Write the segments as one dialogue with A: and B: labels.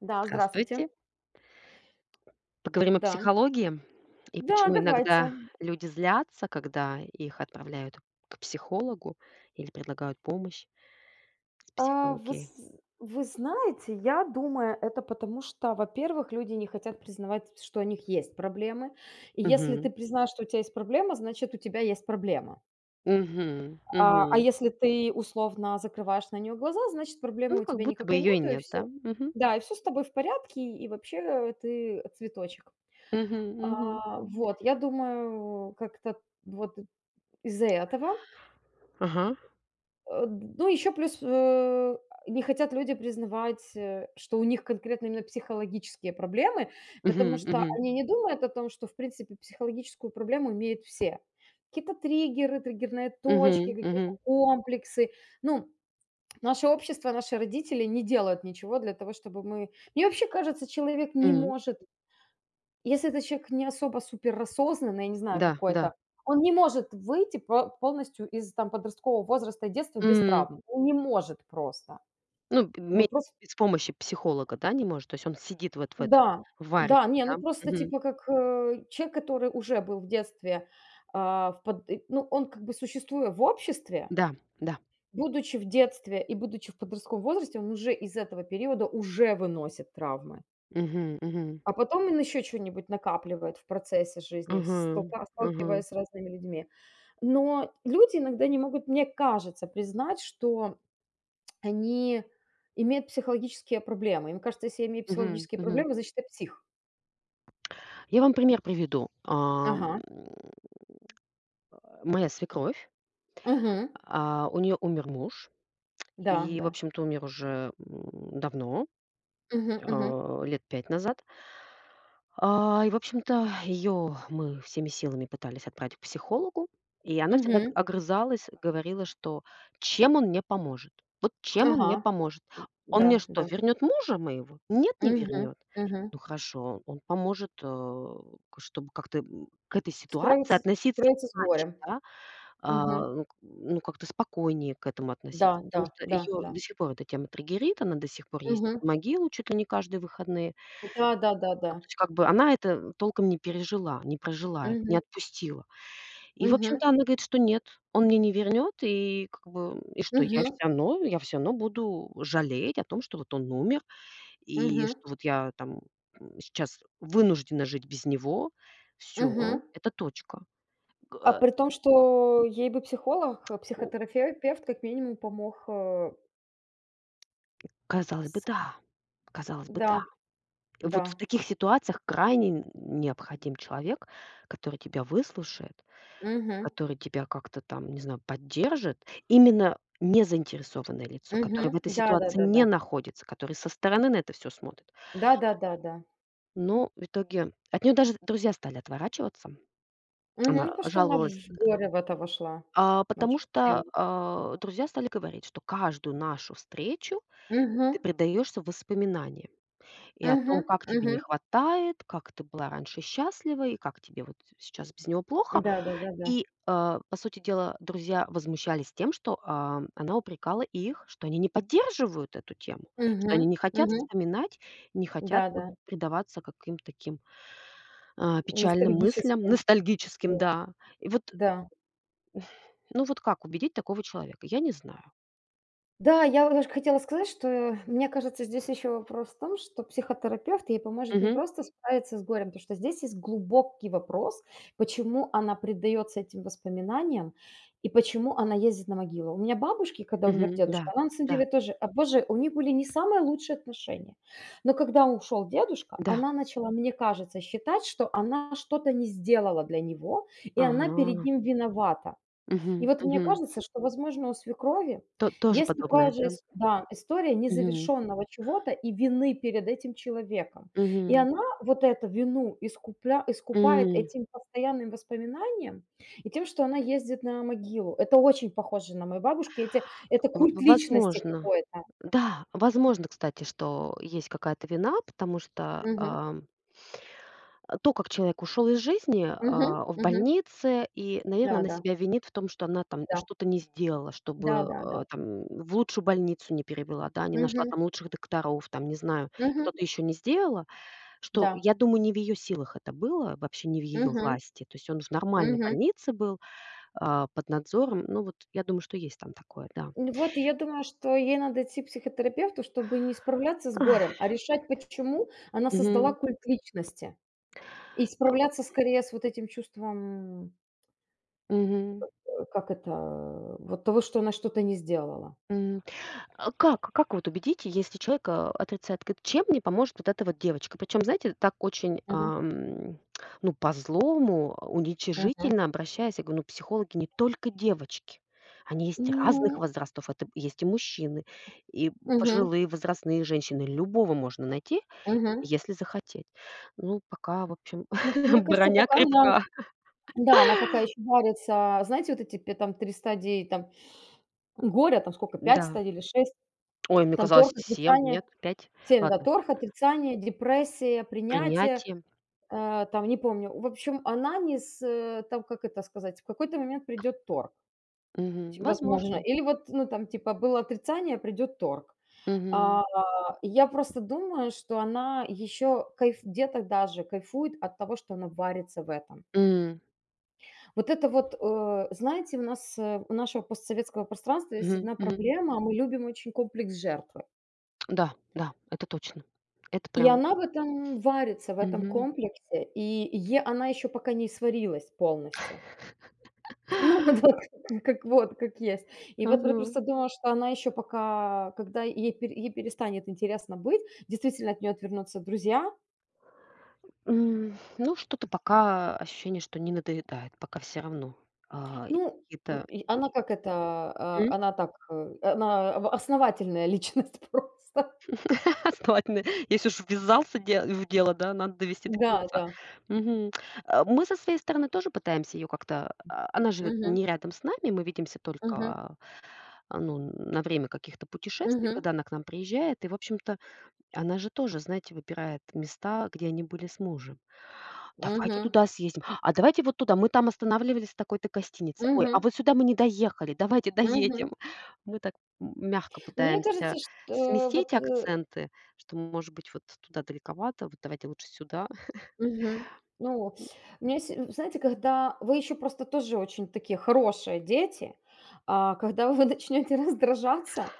A: Да, здравствуйте.
B: Здравствуйте. Поговорим о
A: Да.
B: психологии и
A: Да,
B: почему
A: давайте.
B: иногда люди злятся, когда их отправляют к психологу или предлагают помощь с
A: А, вы
B: психологией.
A: з вы знаете, я думаю, это потому, что, во-первых, люди не хотят признавать, что у них есть проблемы. И если
B: Мгм.
A: ты признаешь, что у тебя есть проблема, значит, у тебя есть проблема.
B: Мгм.
A: А
B: Мгм.
A: если ты условно закрываешь на нее глаза, значит, проблемы
B: Ну,
A: у
B: как
A: тебя
B: будто бы
A: никакой
B: ее и
A: нету, и
B: нет, да?
A: все.
B: Мгм.
A: Да, и все с тобой в порядке, и вообще ты цветочек.
B: Мгм. Мгм.
A: Вот, я думаю, как-то вот из-за этого.
B: Ага.
A: Ну, еще плюс, не хотят люди признавать, что у них конкретно именно психологические проблемы, потому
B: Мгм.
A: что
B: Мгм.
A: они не думают о том, что, в принципе, психологическую проблему имеют все. Какие-то триггеры, триггерные точки,
B: Мгм.
A: какие-то
B: Мгм.
A: комплексы. Ну, наше общество, наши родители не делают ничего для того, чтобы мы. Мне вообще кажется, человек не
B: М.
A: может, если этот человек не особо суперосознанный, я не знаю,
B: Да, да.
A: какой-то, он не может выйти по полностью из там подросткового возраста и детства без
B: М.
A: травм. Он не может просто.
B: Ну, б- ме
A: Вопрос,
B: без помощи психолога, да, не может? То есть он сидит вот в этом,
A: да,
B: варит,
A: да, не, ну
B: да?
A: просто
B: Мгм.
A: типа как, человек, который уже был в детстве, а, в под и ну, он как бы существуя в обществе,
B: Да, да.
A: будучи в детстве и будучи в подростковом возрасте, он уже из этого периода уже выносит травмы.
B: Угу, угу, мгм.
A: А потом он еще что нибудь накапливает в процессе
B: Мгм.
A: жизни, столка
B: Ага, ага.
A: сталкиваясь с разными людьми. Но люди иногда не могут, мне кажется, признать, что они имеют психологические проблемы. Им кажется, если я имею
B: Мгм,
A: психологические
B: мгм.
A: проблемы, значит, я псих.
B: Я вам пример приведу.
A: Ага.
B: Моя свекровь,
A: Угу.
B: у нее умер муж,
A: Да,
B: и, в
A: да.
B: общем-то, умер уже, давно.
A: Угу. Угу.
B: Лет 5 назад. И, в общем-то, ее мы всеми силами пытались отправить к психологу, и она всегда г
A: Мгм.
B: огрызалась, говорила, что: "Чем он мне поможет? Вот чем он
A: Ага.
B: мне поможет? Он мне
A: Да,
B: что,
A: да.
B: вернет мужа моего? Нет, не
A: Угу.
B: вернет.
A: Угу.
B: Ну хорошо, он поможет, к чтобы как-то, к этой ситуации
A: Справиться
B: относиться
A: справиться с
B: иначе,
A: горем.
B: да.
A: Угу.
B: Ну, к ну, как-то спокойнее к этому
A: Да,
B: относиться,
A: да.
B: потому что
A: да,
B: ее
A: да.
B: до сих пор эта тема триггерит, она до сих пор ездит
A: Угу.
B: в могилу чуть ли не каждые выходные.
A: Да-да-да-да.
B: Ну, то есть как бы она это толком не пережила, не прожила это, не
A: Угу.
B: отпустила. И, в
A: Угу.
B: общем-то, она говорит, что нет, он мне не вернет, и как бы, и что я все
A: Угу.
B: равно я все равно буду жалеть о том, что вот он умер, и
A: Угу.
B: что вот я там, сейчас вынуждена жить без него. Все,
A: Мгм.
B: это точка. Г
A: А
B: э,
A: при том, что ей бы психолог,
B: у
A: психотерапевт как минимум помог, э,
B: Казалось бы,
A: с
B: да. Казалось бы,
A: да,
B: да.
A: да.
B: Вот в таких ситуациях крайне н необходим человек, который тебя выслушает,
A: Мгм,
B: который тебя как-то там, не знаю, поддержит. Именно незаинтересованное лицо, которое
A: мгм.
B: в этой ситуации
A: Да-да-да-да.
B: не находится, который со стороны на это все смотрит.
A: Да-да-да-да.
B: Но в итоге от нее даже друзья стали отворачиваться.
A: Мгм.
B: Она
A: Потому что она
B: жаловалась,
A: в горе в это вошла
B: а, потому
A: очень
B: что,
A: сильно.
B: а, друзья стали говорить, что каждую нашу встречу
A: Мгм,
B: ты предаешься воспоминаниям. И о
A: мгм,
B: том, как тебе не
A: мгм.
B: хватает, как ты была раньше счастлива и как тебе вот сейчас без него плохо.
A: Да-да-да-да.
B: И, по сути дела, друзья возмущались тем, что, она упрекала их, что они не поддерживают эту тему, что
A: Мгм,
B: они не хотят
A: мгм.
B: вспоминать, не хотят вот
A: Да-да.
B: предаваться каким-то таким, печальным мыслям,
A: Ностальгически.
B: ностальгическим,
A: Да.
B: да. И вот,
A: Да.
B: ну вот как убедить такого человека? Я не знаю.
A: Да, я вот даже хотела сказать, что мне кажется, здесь еще вопрос в том, что психотерапевт ей поможет не
B: Мгм,
A: просто справиться с горем, потому что здесь есть глубокий вопрос, почему она предается этим воспоминаниям и почему она ездит на могилу. У меня бабушки, когда умер
B: мгм, да,
A: дедушка, она на самом
B: да,
A: деле тоже, боже, у них были не самые лучшие отношения. Но когда ушел дедушка,
B: да.
A: она начала, мне кажется, считать, что она что-то не сделала для него, и она перед
B: Ага,
A: ним виновата. И
B: мгм,
A: вот мне
B: мгм.
A: кажется, что, возможно, у свекрови
B: То тоже
A: есть такая
B: подобное,
A: же
B: да?
A: ис да, история
B: Мгм.
A: незавершенного чего-то и вины перед этим человеком. И
B: Мгм.
A: она вот эту вину искупля искупает
B: М.
A: этим постоянным воспоминанием и тем, что она ездит на могилу. Это очень похоже на мою бабушку. Эти Это культ
B: В
A: личности
B: Возможно.
A: какой-то.
B: Да, возможно, кстати, что есть какая-то вина, потому что,
A: Мгм.
B: ам, то, как человек ушел из жизни,
A: Мгм.
B: а, в
A: Мгм.
B: больнице, и, наверное, она
A: Да-да,
B: себя винит в том, что она там
A: да.
B: что-то не сделала, чтобы,
A: Да-да-да.
B: э, там в лучшую больницу не перевела, да, не нашла
A: Мгм.
B: там лучших докторов, там, не знаю,
A: Мгм.
B: что-то еще не сделала, что,
A: Да.
B: я думаю, не в ее силах это было, вообще не в ее
A: Мгм.
B: власти. То есть он в нормальной
A: Мгм.
B: больнице был, под надзором. Ну вот я думаю, что есть там такое, да.
A: Ну вот, и я думаю, что ей надо идти к психотерапевту, чтобы не справляться с горем, а
B: Ах,
A: решать, почему она создала
B: мгм.
A: культ личности. И
B: Э,
A: справляться скорее с вот этим чувством,
B: Мгм,
A: как это, вот того, что она что-то не сделала.
B: мгм. А как вот убедить, если человек, отрицает? Говорит: "Чем мне поможет вот эта вот девочка?" Причём, знаете, так очень,
A: Мгм,
B: ам, ну, по-злому,
A: мгм.
B: уничижительно обращаясь. Я говорю: "Ну, психологи не только девочки. Они есть разных
A: Ну,
B: возрастов. Это есть и мужчины, и
A: мгм,
B: пожилые возрастные женщины. Любого можно найти,
A: мгм.
B: если захотеть". Ну, пока, в общем,
A: Ну, п Мне кажется,
B: броня
A: пока она,
B: крепка.
A: да, она пока еще варится, знаете, вот эти пе там 3 стадии там горя, там сколько, пять
B: Да.
A: стадий или 6,
B: Ой, мне
A: там
B: казалось,
A: торг,
B: 7,
A: отрицание,
B: нет, 5.
A: семь, да,
B: Ладно.
A: торг, отрицание, депрессия, принятие.
B: Принятием.
A: Там, не помню. В общем, она не с э, там, как это сказать, в какой-то момент придет торг,
B: Мгм.
A: ч возможно.
B: Возможно.
A: Или вот, ну, там, типа, было отрицание, придет торг.
B: Мгм.
A: А, я просто думаю, что она еще кайф где-то даже кайфует от того, что она варится в этом.
B: М.
A: Вот это вот, знаете, у нас, у нашего постсоветского пространства есть
B: Мгм.
A: одна
B: Мгм.
A: проблема: а мы любим очень комплекс жертвы.
B: Да, да, это точно. Это
A: И
B: прям.
A: она в этом варится, в этом
B: Мгм.
A: комплексе, и е она еще пока не сварилась полностью. Ну да, как вот, как есть. И вот я
B: Мгм.
A: просто думаю, что она еще пока, когда ей перестанет интересно быть, действительно от нее отвернутся друзья.
B: Ну, что-то пока ощущение, что не надоедает, пока все равно. И
A: Ну,
B: какие-то,
A: и
B: и
A: она как это,
B: М?
A: она так, она в основательная личность просто.
B: Ну, ладно, если уж ввязался де в дело, да, надо довести до
A: Да,
B: конца.
A: да.
B: Мгм. Мы со своей стороны тоже пытаемся ее как-то, она живет
A: Мгм,
B: не рядом с нами, мы видимся
A: мгм,
B: только, ну, на время каких-то путешествий,
A: мгм,
B: когда она к нам приезжает. И, в общем-то. Она же тоже, знаете, выбирает места, где они были с мужем. "Давайте
A: мгм,
B: туда съездим". "А давайте вот туда, мы там останавливались в такой-то гостинице". "Ой, а
A: мгм,
B: вот сюда мы не доехали, давайте
A: мгм.
B: доедем". Мы так мягко
A: Мне кажется,
B: пытаемся
A: что
B: сместить
A: вот,
B: акценты, что, может быть, вот туда далековато, вот давайте лучше сюда.
A: Мгм. Ну, знаете, когда вы еще просто тоже очень такие хорошие дети, а когда вы начнете раздражаться,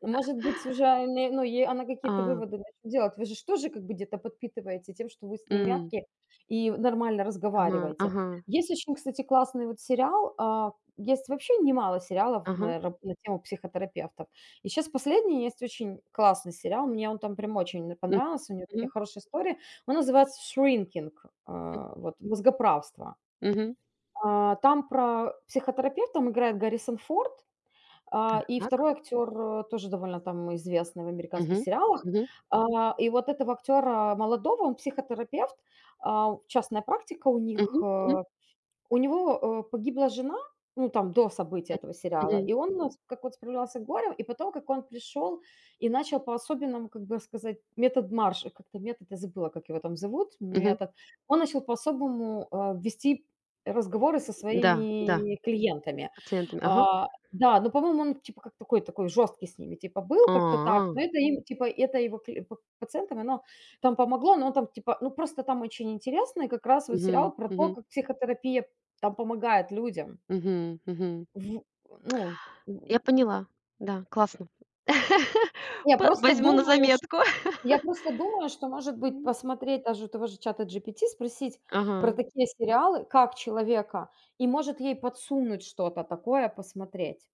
A: может быть, уже, не ну, ей она какие-то
B: А,
A: выводы начнет делать. Вы же ж тоже как бы где-то подпитываете тем, что вы с ней
B: м,
A: мягкие и нормально
B: ага,
A: разговариваете.
B: ага,
A: Есть очень, кстати, классный вот сериал, есть вообще немало сериалов
B: ага,
A: на тему психотерапевтов. И сейчас последний есть очень классный сериал, мне он там прям очень
B: м,
A: понравился, у него такие
B: мгм,
A: хорошие истории. Он называется "Shrinking", вот "Мозгоправство".
B: мгм.
A: Там про психотерапевта, там играет Гаррисон Форд, и
B: Так,
A: второй актер, тоже довольно там известный в американских
B: мгм,
A: сериалах.
B: мгм,
A: И вот этого актера молодого, он психотерапевт, частная практика у них,
B: мгм, мгм,
A: у него, погибла жена, ну, там, до событий этого сериала,
B: мгм,
A: и он, ну, как вот справлялся с горем, и потом, как он пришел и начал по-особенному, как бы сказать, метод Марш, как-то метод, я забыла, как его там зовут,
B: мгм.
A: метод. Он начал по-особому, вести разговоры со
B: Да, да,
A: своими клиентами.
B: пациентами, ага.
A: А, да, но, по-моему, он, типа, как такой жесткий с ними, типа, был
B: А,
A: как-то так, но
B: а,
A: это им, типа, это его кли па пациентам, оно там помогло, но он там, типа, ну, просто там очень интересно, и как раз вот
B: мгм,
A: сериал про то,
B: мгм.
A: как психотерапия там помогает людям.
B: Мгм, мгм.
A: В ну, м,
B: Я поняла. Да, классно.
A: я
B: П
A: просто
B: Возьму на
A: думаю, ш
B: заметку.
A: я просто думаю, что, может быть,
B: М.
A: посмотреть даже у того же ChatGPT, спросить
B: Ага.
A: про такие сериалы, как человека, и может ей подсунуть что-то такое посмотреть,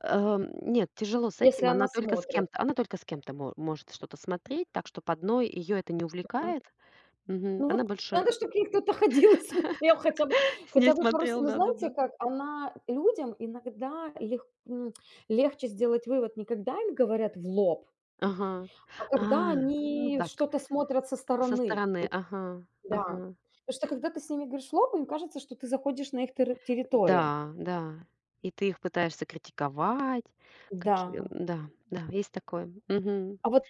B: Нет, тяжело с
A: если
B: этим.
A: она
B: Она только с
A: смотрит.
B: кем-то она только с кем-то мо может что-то смотреть, так, что по одной ее это не
A: Мгм.
B: увлекает. Мгм.
A: Ну
B: Она
A: вот
B: больше.
A: надо, чтобы к ней кто-то ходил и смотрел хотя бы
B: С ней
A: хотя бы пару се
B: смотрел,
A: ну, знаете
B: да-да-да.
A: как, она людям иногда м, легче сделать вывод, не когда им говорят в лоб.
B: Ага.
A: А
B: А,
A: когда
B: ну
A: они
B: так,
A: что-то смотрят со
B: со
A: стороны,
B: стороны.
A: и
B: Ага,
A: да.
B: ага.
A: Потому что когда ты с ними говоришь в лоб, им кажется, что ты заходишь на их территорию.
B: Да, да. И ты их пытаешься критиковать,
A: Да.
B: какие, да, да, есть такое. Мгм.
A: А вот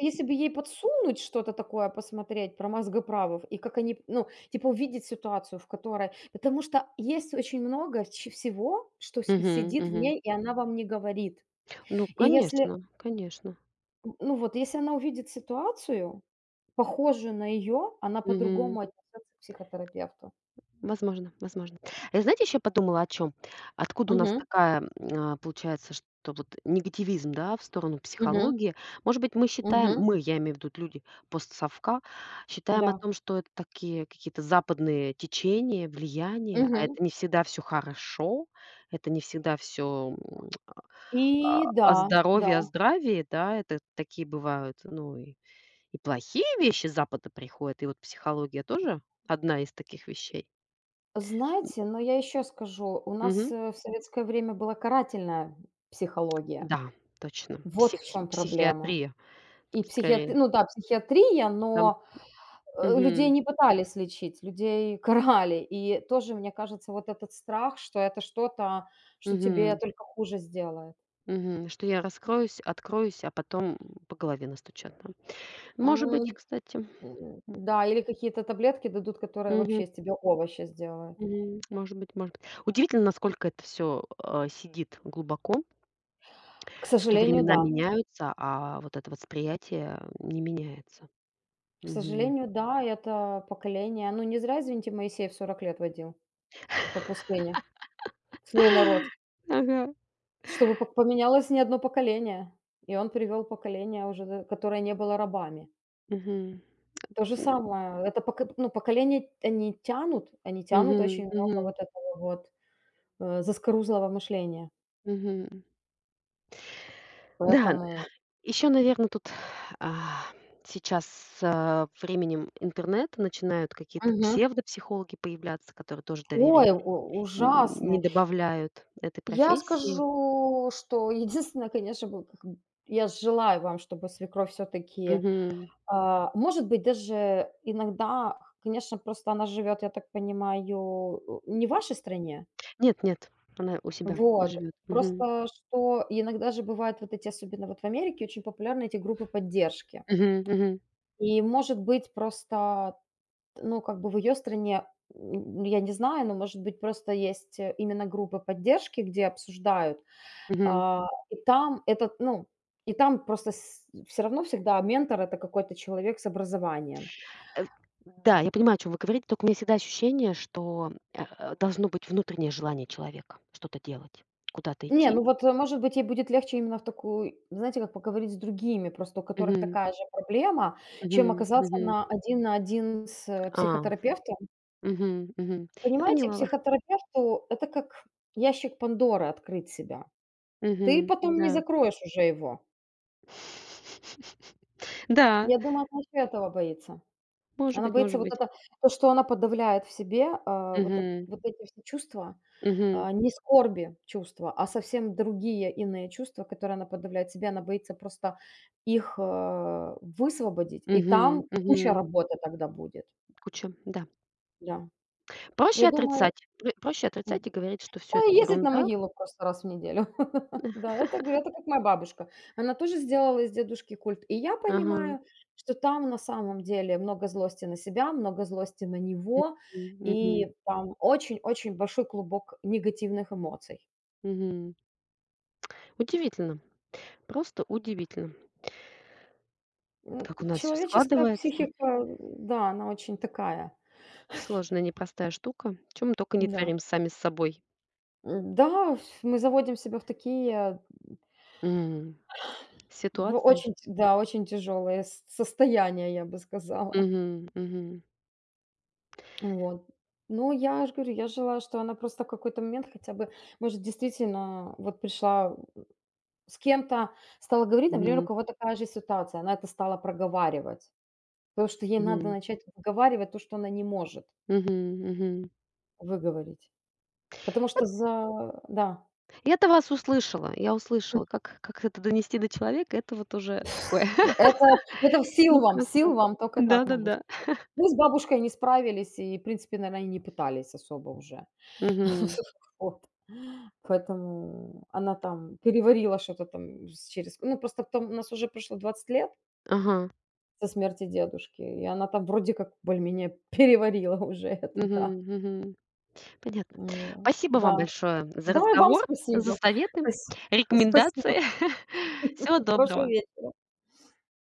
A: если бы ей подсунуть что-то такое, посмотреть про мозгоправов и как они, ну, типа увидеть ситуацию, в которой потому что есть очень много ч всего, что си
B: Мгм,
A: сидит в
B: мгм.
A: ней, и она вам не говорит.
B: Ну,
A: И если,
B: конечно, конечно.
A: м, Ну вот, если она увидит ситуацию, похожую на ее, она
B: Мгм.
A: по-другому отнесется к психотерапевту.
B: Возможно, возможно. Я, знаете, еще подумала о чем? Откуда у нас
A: Мгм.
B: такая, получается, что вот негативизм, да, в сторону
A: Мгм.
B: психологии? Может быть, мы считаем,
A: Мгм.
B: мы, я имею в виду люди постсовка, считаем о
A: Да.
B: том, что это такие какие-то западные течения, влияния, а
A: Мгм.
B: это не всегда все хорошо, это не всегда все
A: И да,
B: о
A: да.
B: здоровье, о здравии, да, это такие бывают, ну и. И плохие вещи с Запада приходят, и вот психология тоже одна из таких вещей.
A: Знаете, но я еще скажу, у нас,
B: Мгм.
A: в советское время была карательная психология.
B: Да, точно.
A: Вот в
B: Психи
A: чем проблема.
B: психиатрия
A: И психиатри
B: скорее.
A: ну да, психиатрия,
B: Там
A: но, людей
B: мгм,
A: не пытались лечить, людей карали. И тоже, мне кажется, вот этот страх, что это что-то, что тебе
B: мгм,
A: только хуже сделает.
B: мгм. Что я раскроюсь, откроюсь, а потом по голове настучат, да. Может
A: М.
B: быть, кстати.
A: Да, или какие-то таблетки дадут, которые
B: Мгм,
A: вообще из тебя овощи сделают.
B: мгм. Может быть, может быть. Удивительно, насколько это все сидит глубоко,
A: К
B: что
A: сожалению,
B: времена
A: да.
B: меняются, а вот это восприятие не меняется.
A: К
B: Мгм.
A: сожалению, да, это поколение. Ну, не зря, извините, Моисеев 40 лет водил по пустыне свой народ,
B: Ага.
A: чтобы пок поменялось не одно поколение. И он привел поколение уже, д которое не было рабами.
B: Мгм.
A: То же самое, это поко ну, поколение, они тянут
B: Мгм,
A: очень много
B: мгм,
A: вот этого вот, заскорузлого мышления.
B: мгм. Да,
A: Поэтому.
B: еще, наверное, тут, а, сейчас со временем интернета начинают какие-то
A: Мгм.
B: псевдопсихологи появляться, которые тоже
A: Ой,
B: доверие
A: у
B: н не
A: ужасный.
B: добавляют этой
A: Я
B: профессии.
A: скажу, что единственное, конечно, бы как б я желаю вам, чтобы свекровь все таки.
B: Мгм.
A: Может быть, даже иногда, конечно, просто она живет, я так понимаю, не в вашей стране.
B: Нет, нет, она у себя
A: Вот.
B: живет. Мгм.
A: Просто что иногда же бывают вот эти, особенно вот в Америке, очень популярны эти группы поддержки.
B: Мгм, мгм,
A: И, может быть, просто, ну, как бы в ее стране, я не знаю, но, может быть, просто есть именно группы поддержки, где обсуждают.
B: мгм.
A: И там этот, ну, и там просто все равно всегда ментор– это какой-то человек с образованием.
B: Э, да, я понимаю, о чем вы говорите, только у меня всегда ощущение, что, должно быть внутреннее желание человека что-то делать, куда-то
A: Не,
B: идти.
A: Ну вот, может быть, ей будет легче именно в такую, знаете, как поговорить с другими, просто у которых
B: Мгм,
A: такая же проблема, чем
B: мгм,
A: оказаться
B: мгм.
A: на один с,
B: А.
A: психотерапевтом.
B: Мгм, мгм. Я
A: Понимаете,
B: поняла вас.
A: психотерапевту это как ящик Пандоры открыть себя. Ты
B: Мгм,
A: потом не
B: да.
A: закроешь уже его.
B: Да,
A: Я думаю, она еще этого боится.
B: может
A: Она
B: быть,
A: боится
B: может
A: вот
B: быть.
A: это, то, что она подавляет в себе, а, вот эт
B: Мгм,
A: вот эти все чувства.
B: мгм,
A: Не скорби чувства, а совсем другие, иные чувства, которые она подавляет в себе. Она боится просто их, высвободить, и
B: мгм,
A: там
B: мгм.
A: куча работы тогда будет.
B: Куча, да.
A: Да. Я
B: Проще
A: думаю,
B: отрицать. Пр проще
A: м,
B: отрицать и говорить, что
A: да,
B: все это
A: ездить на
B: ерунда.
A: могилу просто раз в неделю. Да, это, говорю, это как моя бабушка. Она тоже сделала из дедушки культ. И я
B: Ага.
A: понимаю, что там на самом деле много злости на себя, много злости на него,
B: Мгм, мгм,
A: и там очень-очень большой клубок негативных эмоций.
B: мгм. Удивительно, просто удивительно, как у нас все
A: Человеческая
B: складывается.
A: психика, да, она очень такая.
B: Сложная, непростая штука. Чем мы только не
A: Да.
B: творим сами с собой.
A: Да, ф мы заводим себя в такие,
B: М,
A: в
B: Ситуации.
A: очень т да, очень тяжелые с состояния, я бы сказала.
B: Мгм, мгм,
A: Вот. Ну, я ж говорю, я желаю, что она просто в какой-то момент хотя бы, может, действительно вот пришла с кем-то, стала говорить, например, у
B: мгм,
A: кого такая же ситуация, она это стала проговаривать. Потому что ей надо
B: мгм,
A: начать выговаривать то, что она не может
B: мгм, мгм.
A: выговорить. Потому
B: Вот
A: что за да.
B: я-то вас услышала, я услышала. Как это донести до человека, это вот уже такое
A: Это в
B: непросто.
A: сил вам, только так могу
B: Да-да-да.
A: сказать. Мы с бабушкой не справились и, в принципе, наверное, и не пытались особо уже.
B: Мгм.
A: Вот. Поэтому она там переварила что-то там с через ну, просто потом у нас уже прошло 20 лет
B: Ага.
A: со смерти дедушки, и она там вроде как более-менее переварила уже это, да.
B: Мгм, мгм. Понятно.
A: Вот,
B: Спасибо
A: да.
B: вам большое за
A: Да, и вам
B: разговор, за
A: спасибо.
B: советы,
A: Спаси спасибо.
B: рекомендации. Всего
A: Хорошего
B: доброго.
A: вечера.